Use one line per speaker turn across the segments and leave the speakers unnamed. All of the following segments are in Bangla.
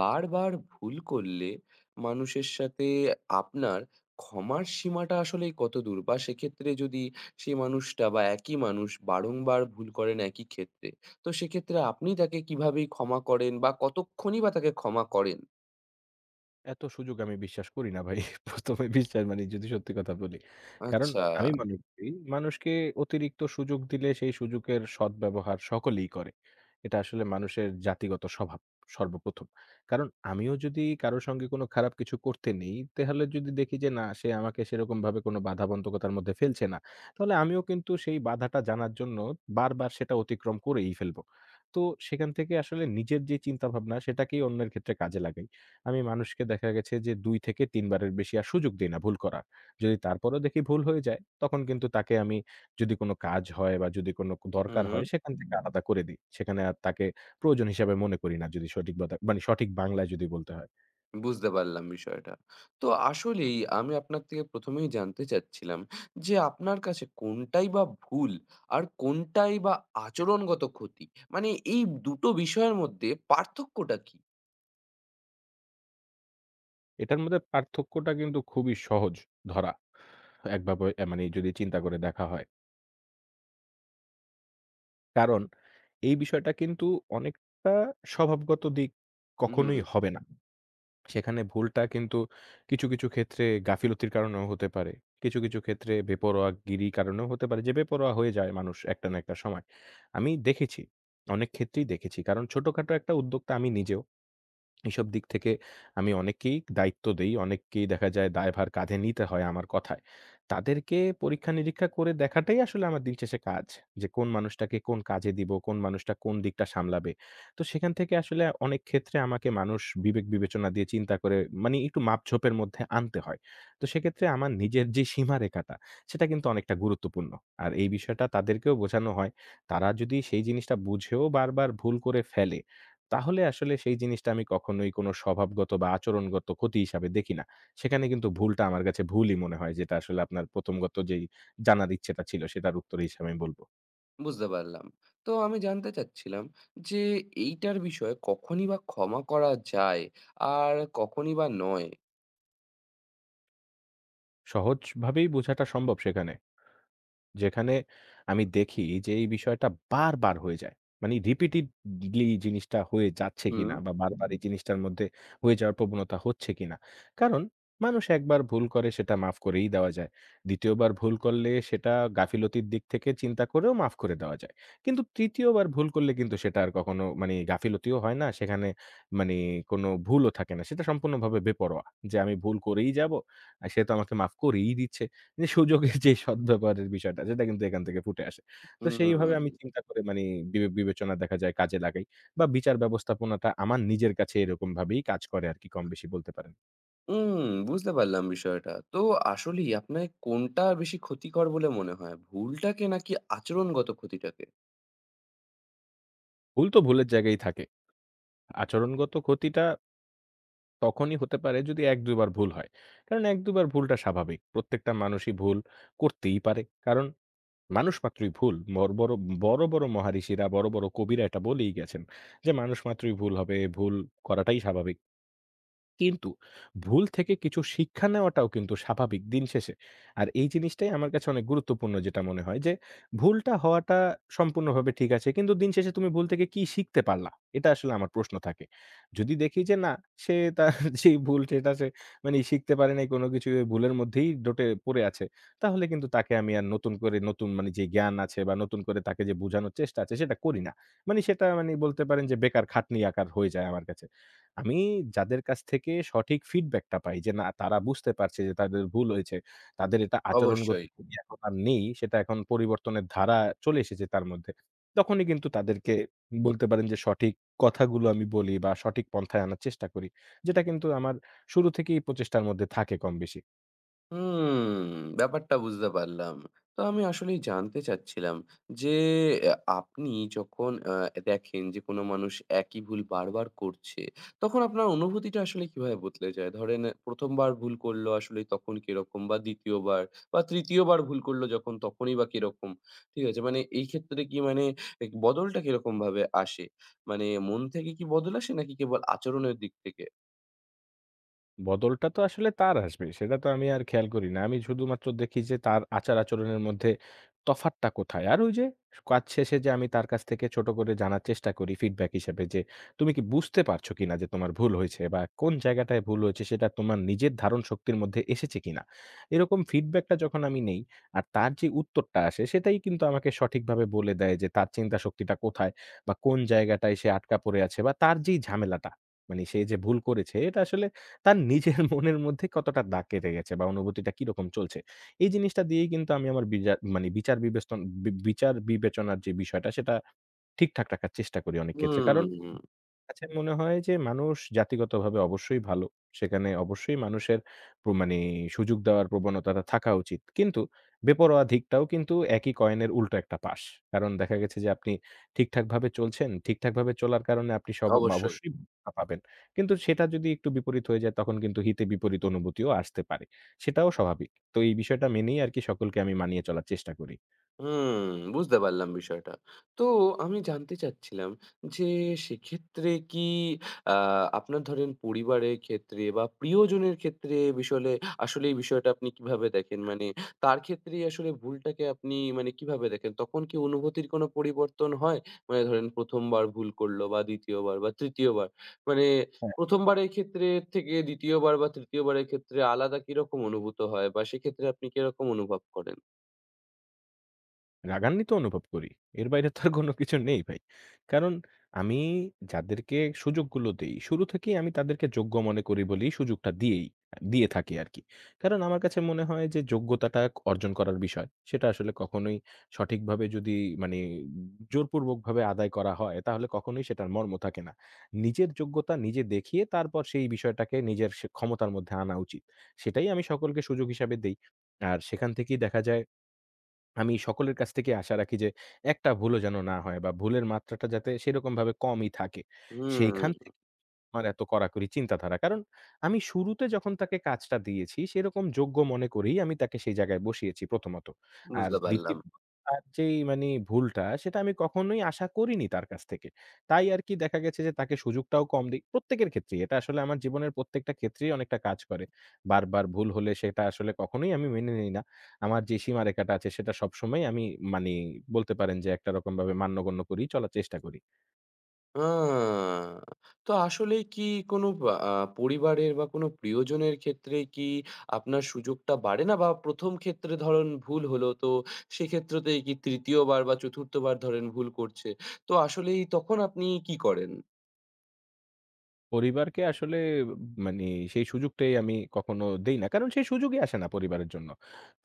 বারবার ভুল করলে মানুষের সাথে আপনার ক্ষমার সীমাটা আসলে কত দূর? বা সেক্ষেত্রে যদি সেই মানুষটা বা একই মানুষ বারংবার ভুল করেন একই ক্ষেত্রে, তো সেক্ষেত্রে আপনি তাকে কিভাবেই ক্ষমা করেন বা কতক্ষণই বা তাকে ক্ষমা করেন?
এত সুযোগ আমি বিশ্বাস করি না ভাই। ১ম এ বিশ্বাস মানে যদি সত্যি কথা বলি। কারণ
আচ্ছা।
আমি মনে করি মানুষকে অতিরিক্ত সুযোগ দিলে সেই সুযোগের সদ্ব্যবহার সকলেই করে। এটা আসলে মানুষের জাতিগত স্বভাব সর্বপ্রথম। কারণ আমিও যদি কারো সঙ্গে কোনো খারাপ কিছু করতে নেই, তাহলে যদি দেখি যে না সে আমাকে সেরকমভাবে কোনো বাধাবন্ধকতার মধ্যে ফেলছে না, তাহলে আমিও কিন্তু সেই বাধাটা জানার জন্য বারবার সেটা অতিক্রম করেই ফেলব। তো সেখান থেকে আসলে নিজের যে চিন্তাভাবনা সেটাকেই অন্যের ক্ষেত্রে কাজে লাগাই। আমি মানুষকে দেখা গেছে যে ২ থেকে ৩ বারের বেশি আর সুযোগ দেই না ভুল করার। যদি তারপরেও দেখি ভুল হয়ে যায়, তখন কিন্তু তাকে আমি যদি কোনো কাজ হয় বা যদি কোনো ক দরকার হয়
হুম।
সেখান থেকে আলাদা করে দেই। সেখানে আর তাকে প্রয়োজন হিসাবে মনে করি না যদি সঠিক বাতা মানে সঠিক বাংলায় যদি বলতে হয়।
বুঝতে পারলাম বিষয়টা। তো আসলেই আমি আপনার থেকে ১ম এই জানতে চাচ্ছিলাম যে, আপনার কাছে কোনটাই বা ভুল আর কোনটাই বা আচরণগত ক্ষতি? মানে এই দুটো বিষয়ের মধ্যে পার্থক্যটা কি?
এটার মধ্যে পার্থক্যটা কিন্তু খুবই সহজ ধরা। একভাবে এ মানে যদি চিন্তা করে দেখা হয়। কারণ এই বিষয়টা কিন্তু অনেকটা স্বভাবগত দিক
হুম,
কখনোই হবে না। সেখানে ভুলটা কিন্তু কিছু, কিছু ক্ষেত্রে গাফিলতির কারণেও হতে পারে। কিছু, কিছু ক্ষেত্রে বেপরোয়াগিরি কারণেও হতে পারে যে বেপরোয়া হয়ে যায় মানুষ একটা না একটা সময়। আমি দেখেছি, অনেক ক্ষেত্রেই দেখেছি। কারণ ছোটখাটো একটা উদ্যোক্তা আমি নিজেও। এসব দিক থেকে আমি অনেককেই দায়িত্ব দেই। অনেককেই দেখা যায় দায়ভার কাঁধে নিতে হয় আমার কথায়। তাদেরকে পরীক্ষা-নিরীক্ষা করে দেখাটাই আসলে আমার দিনশেষে কাজ। যে কোন মানুষটাকে কোন কাজে দিব, কোন মানুষটা কোন দিকটা সামলাবে। তো সেখান থেকে আসলে অনেক ক্ষেত্রে আমাকে মানুষ বিবেক বিবেচনা দিয়ে চিন্তা করে মানে একটু মাপঝোপের মধ্যে আনতে হয়। তো সেক্ষেত্রে আমার নিজের যে সীমারেখাটা সেটা কিন্তু অনেকটা গুরুত্বপূর্ণ। আর এই বিষয়টা তাদেরকেও বোঝানো হয়। তারা যদি সেই জিনিসটা বুঝেও বারবার ভুল করে ফেলে তাহলে আসলে সেই জিনিসটা আমি কখনোই কোনো স্বভাবগত বা আচরণগত ক্ষতি হিসাবে দেখি না। সেখানে কিন্তু ভুলটা আমার কাছে ভুলই মনে হয়, যেটা আসলে আপনার প্রথমগত যেই জানার ইচ্ছেটা ছিল, সেটার উত্তর হিসেবে আমি বলব।
বুঝতে পারলাম। তো আমি জানতে চাচ্ছিলাম যে, এইটার বিষয়ে কখনই বা ক্ষমা করা যায় আর কখনই বা নয়?
সহজভাবেই বোঝাটা সম্ভব সেখানে। যেখানে আমি দেখি যে এই বিষয়টা বারবার হয়ে যায়। মানে repeatedly জিনিসটা হয়ে যাচ্ছে
হুম,
কিনা বা বারবার এই জিনিসটার মধ্যে হয়ে যাওয়ার প্রবণতা হচ্ছে কিনা। কারণ মানুষ একবার ভুল করে সেটা মাফ করেই দেওয়া যায়। ২য় বার ভুল করলে সেটা গাফিলতির দিক থেকে চিন্তা করেও মাফ করে দেওয়া যায়। কিন্তু ৩য় বার ভুল করলে কিন্তু সেটা আর কখনো মানে গাফিলতিও হয় না, সেখানে মানে কোনো ভুলও থাকে না। সেটা সম্পূর্ণভাবে বেপরোয়া যে আমি ভুল করেই যাবো। আর সে তো আমাকে মাফ করেই দিচ্ছে। যে সুযোগের যে সদ্ব্যবহারের বিষয়টা সেটা কিন্তু এখান থেকে ফুটে আসে। তো
হুম।
সেইভাবে আমি চিন্তা করে মানি বিবেচনা দেখা যায় কাজে লাগাই বা বিচার ব্যবস্থাপনাটা আমার নিজের কাছে এরকমভাবেই কাজ করে আরকি কমবেশি বলতে পারেন।
উম বুঝতে পারলাম বিষয়টা। তো আসলেই আপনার কোনটা বেশি ক্ষতিকর বলে মনে হয়? ভুলটাকে নাকি আচরণগত ক্ষতিটাকে?
ভুল তো ভুলের জায়গায় থাকে। আচরণগত ক্ষতিটা তখনই হতে পারে যদি ১-২ বার ভুল হয়। কারণ ১-২ বার ভুলটা স্বাভাবিক। প্রত্যেকটা মানুষই ভুল করতেই পারে। কারণ মানুষ মাত্রই ভুল। বড়, বড়, বড় মহারিষিরা, বড়, বড় কবিরা এটা বলেই গেছেন যে, "মানুষ মাত্রই ভুল হবে, ভুল করাটাই স্বাভাবিক।" কিন্তু ভুল থেকে কিছু শিক্ষা নেওয়াটাও কিন্তু স্বাভাবিক দিন শেষে। আর এই জিনিসটাই আমার কাছে অনেক গুরুত্বপূর্ণ যেটা মনে হয় যে, ভুলটা হওয়াটা সম্পূর্ণভাবে ঠিক আছে। কিন্তু দিন শেষে তুমি ভুল থেকে কি শিখতে পারলা? এটা আসলে আমার প্রশ্ন থাকে। যদি দেখি যে না, সে তার যেই ভুল সেটা সে মানে শিখতে পারে নাই কোনো কিছু, ওই ভুলের মধ্যেই ডটে পড়ে আছে। তাহলে কিন্তু তাকে আমি আর নতুন করে নতুন মানে যে জ্ঞান আছে বা নতুন করে তাকে যে বুঝানোর চেষ্টা আছে সেটা করি না। মানে সেটা মানে বলতে পারেন যে বেকার খাটনি আকার হয়ে যায় আমার কাছে। আমি যাদের কাছ থেকে সঠিক ফিডব্যাকটা পাই যে না তারা বুঝতে পারছে যে তাদের ভুল হয়েছে। তাদের এটা আচরণগত
অবশ্যই।
খুবই এখন আর নেই। সেটা এখন পরিবর্তনের ধারা চলে এসেছে তার মধ্যে। তখনই কিন্তু তাদেরকে বলতে পারেন যে সঠিক কথাগুলো আমি বলি বা সঠিক পন্থায় আনার চেষ্টা করি। যেটা কিন্তু আমার শুরু থেকেই প্রচেষ্টার মধ্যে থাকে কম বেশি।
হুম, ব্যাপারটা বুঝতে পারলাম। তো আমি আসলেই জানতে চাচ্ছিলাম যে, আপনি যখন দেখেন যে কোনো মানুষ একই ভুল বারবার করছে, তখন আপনার অনুভূতিটা আসলে কিভাবে বদলে যায়? ধরেন ১ম বার ভুল করলো আসলে তখন কিরকম? বা ২য় বার বা ৩য় বার ভুল করলো যখন তখনই বা কিরকম? ঠিক আছে? মানে এই ক্ষেত্রে কি মানে এক বদলটা কিরকমভাবে আসে? মানে মন থেকে কি বদল আসে নাকি কেবল আচরণের দিক থেকে?
বদলটা তো আসলে তার আসবে। সেটা তো আমি আর খেয়াল করি না। আমি শুধুমাত্র দেখি যে তার আচার-আচরণের মধ্যে তফাৎটা কোথায়? আর ওই যে কাজ শেষে যে আমি তার কাছ থেকে ছোট করে জানার চেষ্টা করি ফিডব্যাক হিসেবে যে, "তুমি কি বুঝতে পারছো কিনা যে তোমার ভুল হয়েছে বা কোন জায়গাটায় ভুল হয়েছে সেটা তোমার নিজের ধারণ শক্তির মধ্যে এসেছে কিনা?" এরকম ফিডব্যাকটা যখন আমি নেই আর তার যে উত্তরটা আসে সেটাই কিন্তু আমাকে সঠিকভাবে বলে দেয় যে তার চিন্তা শক্তিটা কোথায় বা কোন জায়গাটায় সে আটকা পড়ে আছে বা তার যেই ঝামেলাটা, মানে সে যে ভুল করেছে এটা আসলে তার নিজের মনের মধ্যে কতটা দাগ কেটে গেছে বা অনুভূতিটা কিরকম চলছে। এই জিনিসটা দিয়েই কিন্তু আমি আমার বিজা মানে বিচার বিবেচন বি বিচার বিবেচনার যে বিষয়টা সেটা ঠিকঠাক রাখার চেষ্টা করি অনেক ক্ষেত্রে। কারণ
হুম,
কাছে মনে হয় যে মানুষ জাতিগতভাবে অবশ্যই ভালো। সেখানে অবশ্যই মানুষের প্র মানে সুযোগ দেওয়ার প্রবণতাটা থাকা উচিত। কিন্তু বেপরোয়া দিকটাও কিন্তু একই কয়েনের উল্টো একটা পাশ। কারণ দেখা গেছে যে আপনি ঠিকঠাকভাবে চলছেন, ঠিকঠাকভাবে চলার কারণে আপনি সব
অবশ্যই।
অবশ্যই পাবেন। কিন্তু সেটা যদি একটু বিপরীত হয়ে যায় তখন কিন্তু হিতে বিপরীত অনুভূতিও আসতে পারে। সেটাও স্বাভাবিক। তো এই বিষয়টা মেনেই আরকি সকলকে আমি মানিয়ে চলার চেষ্টা করি।
হুম, বুঝতে পারলাম বিষয়টা। তো আমি জানতে চাচ্ছিলাম যে সেক্ষেত্রে কি আ আপনার ধরেন পরিবারের ক্ষেত্রে বা প্রিয়জনের ক্ষেত্রে বিষলে আসলে এই বিষয়টা আপনি কিভাবে দেখেন? মানে তার ক্ষেত্রেই আসলে ভুলটাকে আপনি মানে কিভাবে দেখেন? তখন কি অনুভূতির কোনো পরিবর্তন হয়? মানে ধরেন ১ম বার ভুল করল বা ২য় বার বা ৩য় বার। মানে ১ম বারের ক্ষেত্রে থেকে ২য় বার বা ৩য় বারের ক্ষেত্রে আলাদা কিরকম অনুভূত হয় বা সেক্ষেত্রে আপনি কিরকম অনুভব করেন?
রাগান্বিত অনুভব করি। এর বাইরে তো আর কোনো কিছু নেই ভাই। কারণ আমি যাদেরকে সুযোগগুলো দেই, শুরু থেকেই আমি তাদেরকে যোগ্য মনে করি বলেই সুযোগটা দিয়েই দিয়ে থাকি আরকি। কারণ আমার কাছে মনে হয় যে যোগ্যতাটা অর্জন করার বিষয়, সেটা আসলে কখনোই সঠিকভাবে যদি মানে জোরপূর্বকভাবে আদায় করা হয়, তাহলে কখনোই সেটার মর্ম থাকে না। নিজের যোগ্যতা নিজে দেখিয়ে তারপর সেই বিষয়টাকে নিজের সে ক্ষমতার মধ্যে আনা উচিত। সেটাই আমি সকলকে সুযোগ হিসাবে দেই। আর সেখান থেকেই দেখা যায় আমি সকলের কাছ থেকে আশা রাখি যে একটা ভুলও যেন না হয় বা ভুলের মাত্রাটা যাতে সেরকমভাবে কমই থাকে। সেইখান
হুম।
আমার এত কড়াকড়ি চিন্তাধারা। কারণ আমি শুরুতে যখন তাকে কাজটা দিয়েছি সেরকম যোগ্য মনে করেই আমি তাকে সেই জায়গায় বসিয়েছি প্রথমত। আর
বুঝতে পারলাম।
দ্বিতীয়ত তার যেই মানে ভুলটা সেটা আমি কখনোই আশা করিনি তার কাছ থেকে। তাই আরকি দেখা গেছে যে তাকে সুযোগটাও কম দেই। প্রত্যেকের ক্ষেত্রেই এটা আসলে আমার জীবনের প্রত্যেকটা ক্ষেত্রেই অনেকটা কাজ করে। বারবার ভুল হলে সেটা আসলে কখনোই আমি মেনে নেই না। আমার যে সীমারেখাটা আছে সেটা সবসময় আমি মানি বলতে পারেন যে একটা রকমভাবে মান্যগণ্য করেই চলার চেষ্টা করি।
আ তো আসলেই কি কোনো বা পরিবারের বা কোনো প্রিয়জনের ক্ষেত্রে কি আপনার সুযোগটা বাড়ে না? বা ১ম ক্ষেত্রে ধরেন ভুল হলো, তো সেক্ষেত্রতেই কি ৩য় বার বা ৪র্থ বার ধরেন ভুল করছে। তো আসলেই তখন আপনি কি করেন?
পরিবারকে আসলে মানে সেই সুযোগটাই আমি কখনো দেই না। কারণ সেই সুযোগই আসে না পরিবারের জন্য।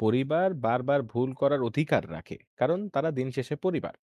পরিবার বারবার ভুল করার অধিকার রাখে। কারণ তারা দিন শেষে পরিবার।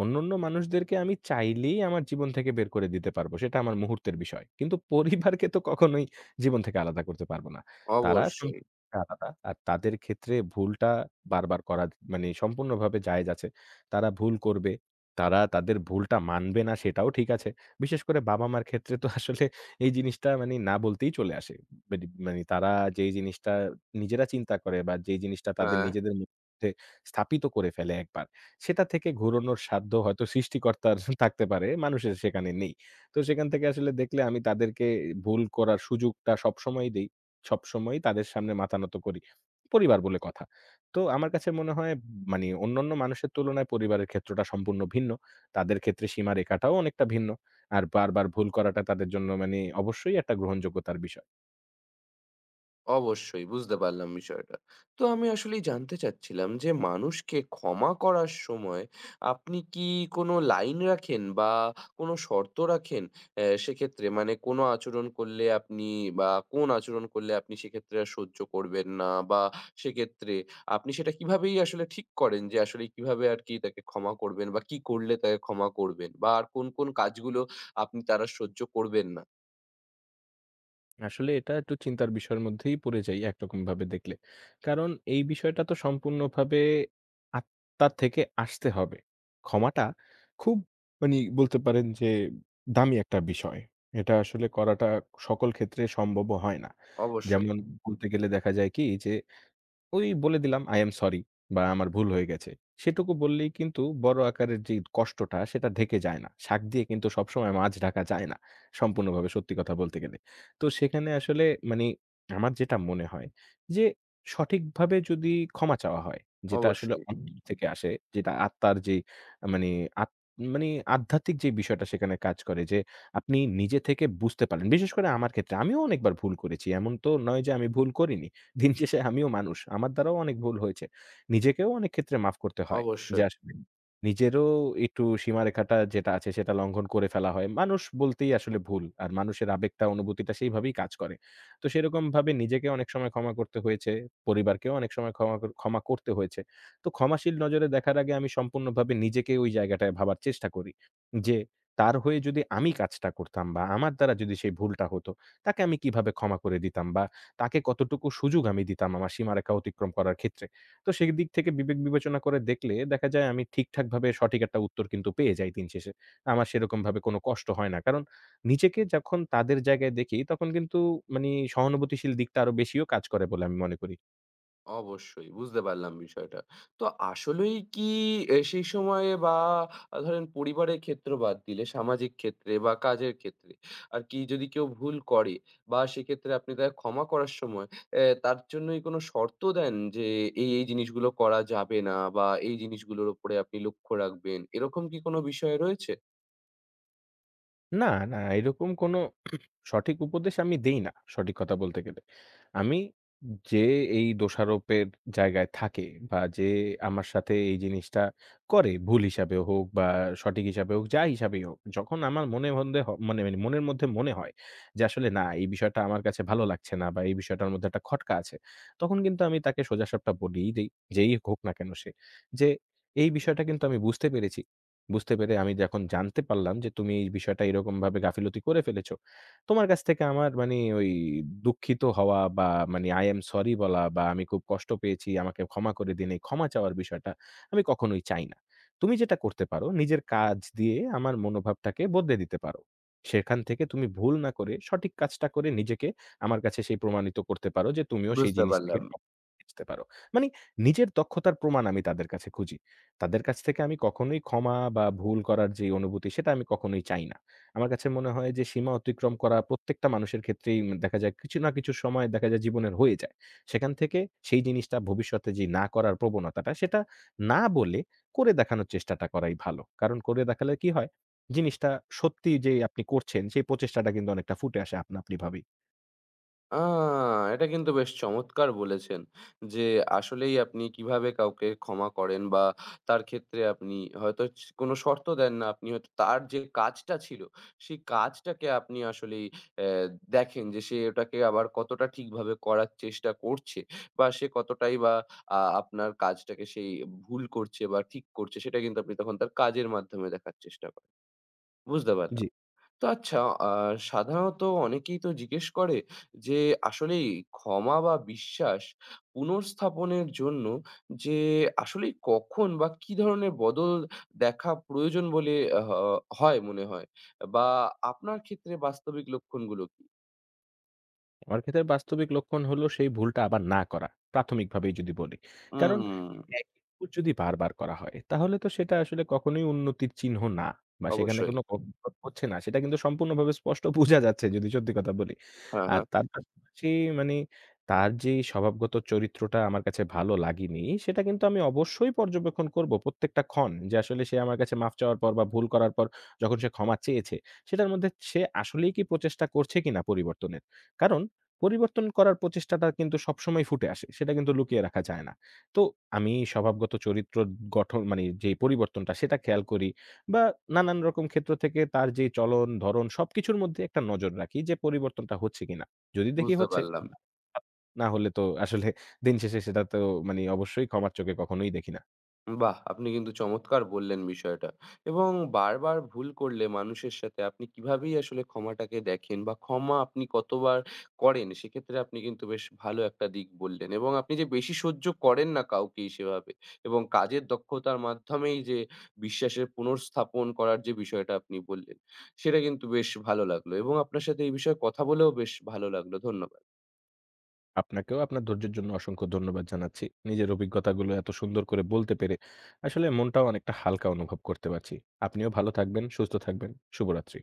অন্যান্য মানুষদেরকে আমি চাইলেই আমার জীবন থেকে বের করে দিতে পারবো। সেটা আমার মুহূর্তের বিষয়। কিন্তু পরিবারকে তো কখনোই জীবন থেকে আলাদা করতে পারবো না। তারা
অবশ্যই।
সম্পূর্ণ আলাদা। আর তাদের ক্ষেত্রে ভুলটা বারবার করা মানে সম্পূর্ণভাবে জায়েজ আছে। তারা ভুল করবে। তারা তাদের ভুলটা মানবে না সেটাও ঠিক আছে। বিশেষ করে বাবা-মার ক্ষেত্রে তো আসলে এই জিনিসটা মানি না বলতেই চলে আসে। মানি মানি তারা যেই জিনিসটা নিজেরা চিন্তা করে বা যেই জিনিসটা তাদের
হ্যাঁ।
নিজেদের মধ্যে স্থাপিত করে ফেলে একবার, সেটা থেকে ঘুরনোর সাধ্য হয়তো সৃষ্টিকর্তার থাকতে পারে, মানুষের সেখানে নেই। তো সেখান থেকে আসলে দেখলে আমি তাদেরকে ভুল করার সুযোগটা সবসময়ই দেই। সবসময়ই তাদের সামনে মাথা নত করি। পরিবার বলে কথা। তো আমার কাছে মনে হয় মানি অন্যান্য মানুষের তুলনায় পরিবারের ক্ষেত্রটা সম্পূর্ণ ভিন্ন। তাদের ক্ষেত্রে সীমারেখাটাও অনেকটা ভিন্ন। আর বারবার ভুল করাটা তাদের জন্য মানে অবশ্যই একটা গ্রহণযোগ্যতার বিষয়।
অবশ্যই বুঝতে পারলাম বিষয়টা। তো আমি আসলেই জানতে চাচ্ছিলাম যে মানুষকে ক্ষমা করার সময় আপনি কি কোনো লাইন রাখেন বা কোনো শর্ত রাখেন? অ্যা সেক্ষেত্রে মানে কোনো আচরণ করলে আপনি বা কোন আচরণ করলে আপনি সেক্ষেত্রে আর সহ্য করবেন না বা সেক্ষেত্রে আপনি সেটা কিভাবেই আসলে ঠিক করেন যে আসলে কিভাবে আর কি তাকে ক্ষমা করবেন বা কি করলে তাকে ক্ষমা করবেন? বা আর কোন কাজগুলো আপনি তার আর সহ্য করবেন না?
আসলে এটা একটু চিন্তার বিষয়ের মধ্যেই পড়ে যাই একরকমভাবে দেখলে। কারণ এই বিষয়টা তো সম্পূর্ণভাবে আত্মা থেকে আসতে হবে। ক্ষমাটা খুব মানি বলতে পারেন যে দামি একটা বিষয়। এটা আসলে করাটা সকল ক্ষেত্রে সম্ভবও হয় না।
অবশ্যই,
যেমন বলতে গেলে দেখা যায় কি যে ওই বলে দিলাম, "I am sorry" বা "আমার ভুল হয়ে গেছে।" সেটুকু বললেই কিন্তু বড় আকারের যে কষ্টটা সেটা ঢেকে যায় না। শাক দিয়ে কিন্তু সবসময় মাছ ঢাকা যায় না। সম্পূর্ণভাবে সত্যি কথা বলতে গেলে। তো সেখানে আসলে মানে আমার যেটা মনে হয় যে সঠিকভাবে যদি ক্ষমা চাওয়া হয়, যেটা আসলে
অবশ্যই,
অন্তর থেকে আসে, যেটা আত্মার যেই মানে আত মানে আধ্যাত্মিক যে বিষয়টা সেখানে কাজ করে যে আপনি নিজে থেকে বুঝতে পারেন। বিশেষ করে আমার ক্ষেত্রে আমিও অনেকবার ভুল করেছি। এমন তো নয় যে আমি ভুল করিনি। দিন শেষে আমিও মানুষ। আমার দ্বারাও অনেক ভুল হয়েছে। নিজেকেও অনেক ক্ষেত্রে মাফ করতে হয়। যে
অবশ্যই।
আসলে নিজেরও একটু সীমারেখাটা যেটা আছে সেটা লঙ্ঘন করে ফেলা হয়। মানুষ বলতেই আসলে ভুল। আর মানুষের আবেগটা অনুভূতিটা সেইভাবেই কাজ করে। তো সেরকমভাবে নিজেকে অনেক সময় ক্ষমা করতে হয়েছে। পরিবারকেও অনেক সময় ক্ষমা করতে হয়েছে। তো ক্ষমাশীল নজরে দেখার আগে আমি সম্পূর্ণভাবে নিজেকে ওই জায়গাটায় ভাবার চেষ্টা করি। যে তার হয়ে যদি আমি কাজটা করতাম বা আমার দ্বারা যদি সেই ভুলটা হতো, তাকে আমি কিভাবে ক্ষমা করে দিতাম বা তাকে কতটুকু সুযোগ আমি দিতাম আমার সীমারেখা অতিক্রম করার ক্ষেত্রে। তো সেদিক থেকে বিবেক বিবেচনা করে দেখলে দেখা যায় আমি ঠিকঠাকভাবে সঠিক একটা উত্তর কিন্তু পেয়ে যাই দিন শেষে। আমার সেরকমভাবে কোনো কষ্ট হয় না। কারণ নিজেকে যখন তাদের জায়গায় দেখি তখন কিন্তু মানি সহানুভূতিশীল দিকটা আরো বেশিও কাজ করে বলে আমি মনে করি।
অবশ্যই বুঝতে পারলাম বিষয়টা। তো আসলেই কি এ সেই সময়ে বা ধরেন পরিবারের ক্ষেত্র বাদ দিলে সামাজিক ক্ষেত্রে বা কাজের ক্ষেত্রে আর কি যদি কেউ ভুল করে বা সেক্ষেত্রে আপনি তাকে ক্ষমা করার সময় অ্যা তার জন্যই কোনো শর্ত দেন যে এই জিনিসগুলো করা যাবে না বা এই জিনিসগুলোর উপরে আপনি লক্ষ্য রাখবেন। এরকম কি কোনো বিষয় রয়েছে?
না, না এরকম কোনো সঠিক উপদেশ আমি দেই না, সঠিক কথা বলতে গেলে। আমি যে এই দোষারোপের জায়গায় থাকে বা যে আমার সাথে এই জিনিসটা করে ভুল হিসাবে হোক বা সঠিক হিসাবে হোক, যা হিসাবেই হোক। যখন আমার মনে মধ্যে হ মানে মানে মনের মধ্যে মনে হয় যে আসলে না এই বিষয়টা আমার কাছে ভালো লাগছে না বা এই বিষয়টার মধ্যে একটা খটকা আছে। তখন কিন্তু আমি তাকে সোজাসাপটা বলেই দেই, যেই হোক না কেন সে। যে এই বিষয়টা কিন্তু আমি বুঝতে পেরেছি। বুঝতে পেরে আমি যখন জানতে পারলাম যে, তুমি এই বিষয়টা এরকমভাবে গাফিলতি করে ফেলেছো। তোমার কাছ থেকে আমার মানে ওই দুঃখিত হওয়া বা মানে I am sorry বলা বা আমি খুব কষ্ট পেয়েছি, আমাকে ক্ষমা করে দিন, এই ক্ষমা চাওয়ার বিষয়টা আমি কখনোই চাই না। তুমি যেটা করতে পারো, নিজের কাজ দিয়ে আমার মনোভাবটাকে বদলে দিতে পারো। সেখান থেকে তুমি ভুল না করে সঠিক কাজটা করে নিজেকে আমার কাছে সেই প্রমাণিত করতে পারো যে, তুমিও সেই
বুঝতে
জিনিস থেকে
পারলাম।
হুম। পারো। মানে নিজের দক্ষতার প্রমাণ আমি তাদের কাছে খুঁজি। তাদের কাছ থেকে আমি কখনোই ক্ষমা বা ভুল করার যে অনুভূতি সেটা আমি কখনোই চাই না। আমার কাছে মনে হয় যে সীমা অতিক্রম করা প্রত্যেকটা মানুষের ক্ষেত্রেই দেখা যায় কিছু না কিছু সময় দেখা যায় জীবনের হয়ে যায়। সেখান থেকে সেই জিনিসটা ভবিষ্যতে যে না করার প্রবণতাটা সেটা না বলে করে দেখানোর চেষ্টাটা করাই ভালো। কারণ করে দেখালে কি হয়? জিনিসটা সত্যি যে আপনি করছেন সেই প্রচেষ্টাটা কিন্তু অনেকটা ফুটে আসে আপনা আপনি ভাবেই।
আ এটা কিন্তু বেশ চমৎকার বলেছেন। যে আসলেই আপনি কিভাবে কাউকে ক্ষমা করেন বা তার ক্ষেত্রে আপনি হয়তো ছ কোনো শর্ত দেন না। আপনি হয়তো তার যে কাজটা ছিল, সেই কাজটাকে আপনি আসলেই অ্যা দেখেন যে সে ওটাকে আবার কতটা ঠিকভাবে করার চেষ্টা করছে বা সে কতটাই বা আপনার কাজটাকে সেই ভুল করছে বা ঠিক করছে সেটা কিন্তু আপনি তখন তার কাজের মাধ্যমে দেখার চেষ্টা করেন। বুঝতে
জি।
পারলাম। তো আচ্ছা আ সাধারণত অনেকেই তো জিজ্ঞেস করে যে আসলেই ক্ষমা বা বিশ্বাস পুনর্স্থাপনের জন্য যে আসলেই কখন বা কি ধরনের বদল দেখা প্রয়োজন বলে আ হ হয় মনে হয়? বা আপনার ক্ষেত্রে বাস্তবিক লক্ষণগুলো কি?
আমার ক্ষেত্রে বাস্তবিক লক্ষণ হলো সেই ভুলটা আবার না করা। প্রাথমিকভাবেই যদি বলি। কারণ
হুম।
একই ভুল যদি বারবার করা হয়, তাহলে তো সেটা আসলে কখনোই উন্নতির চিহ্ন না বা সেখানে
অবশ্যই।
কোনো অগ্রগতি হচ্ছে না। সেটা কিন্তু সম্পূর্ণভাবে স্পষ্ট বোঝা যাচ্ছে যদি সত্যি কথা বলি।
হ্যাঁ,
আর
হ্যাঁ।
তার পাশাপাশি মানে তার যে স্বভাবগত চরিত্রটা আমার কাছে ভালো লাগেনি, সেটা কিন্তু আমি অবশ্যই পর্যবেক্ষণ করব প্রত্যেকটা ক্ষণ যে আসলে সে আমার কাছে মাফ চাওয়ার পর বা ভুল করার পর যখন সে ক্ষমা চেয়েছে, সেটার মধ্যে সে আসলেই কি প্রচেষ্টা করছে কিনা পরিবর্তনের। কারণ পরিবর্তন করার প্রচেষ্টাটা কিন্তু সবসময় ফুটে আসে। সেটা কিন্তু লুকিয়ে রাখা যায় না। তো আমি স্বভাবগত চরিত্র গঠন মানে যেই পরিবর্তনটা সেটা খেয়াল করি বা নানান রকম ক্ষেত্র থেকে তার যে চলন, ধরন সবকিছুর মধ্যে একটা নজর রাখি যে পরিবর্তনটা হচ্ছে কিনা। যদি দেখি
বুঝতে
হচ্ছে,
পারলাম।
না হলে তো আসলে দিন শেষে সেটা তো মানে অবশ্যই ক্ষমার চোখে কখনোই দেখি না।
বাহ! আপনি কিন্তু চমৎকার বললেন বিষয়টা। এবং বারবার ভুল করলে মানুষের সাথে আপনি কিভাবেই আসলে ক্ষমাটাকে দেখেন বা ক্ষমা আপনি কতবার করেন সেক্ষেত্রে আপনি কিন্তু বেশ ভালো একটা দিক বললেন। এবং আপনি যে বেশি সহ্য করেন না কাউকেই সেভাবে এবং কাজের দক্ষতার মাধ্যমেই যে বিশ্বাসের পুনর্স্থাপন করার যে বিষয়টা আপনি বললেন, সেটা কিন্তু বেশ ভালো লাগলো। এবং আপনার সাথে এই বিষয়ে কথা বলেও বেশ ভালো লাগলো। ধন্যবাদ।
আপনাকেও আপনার ধৈর্যের জন্য অসংখ্য ধন্যবাদ জানাচ্ছি। নিজের অভিজ্ঞতাগুলো এত সুন্দর করে বলতে পেরে আসলে মনটাও অনেকটা হালকা অনুভব করতে পারছি। আপনিও ভালো থাকবেন, সুস্থ থাকবেন। শুভরাত্রি।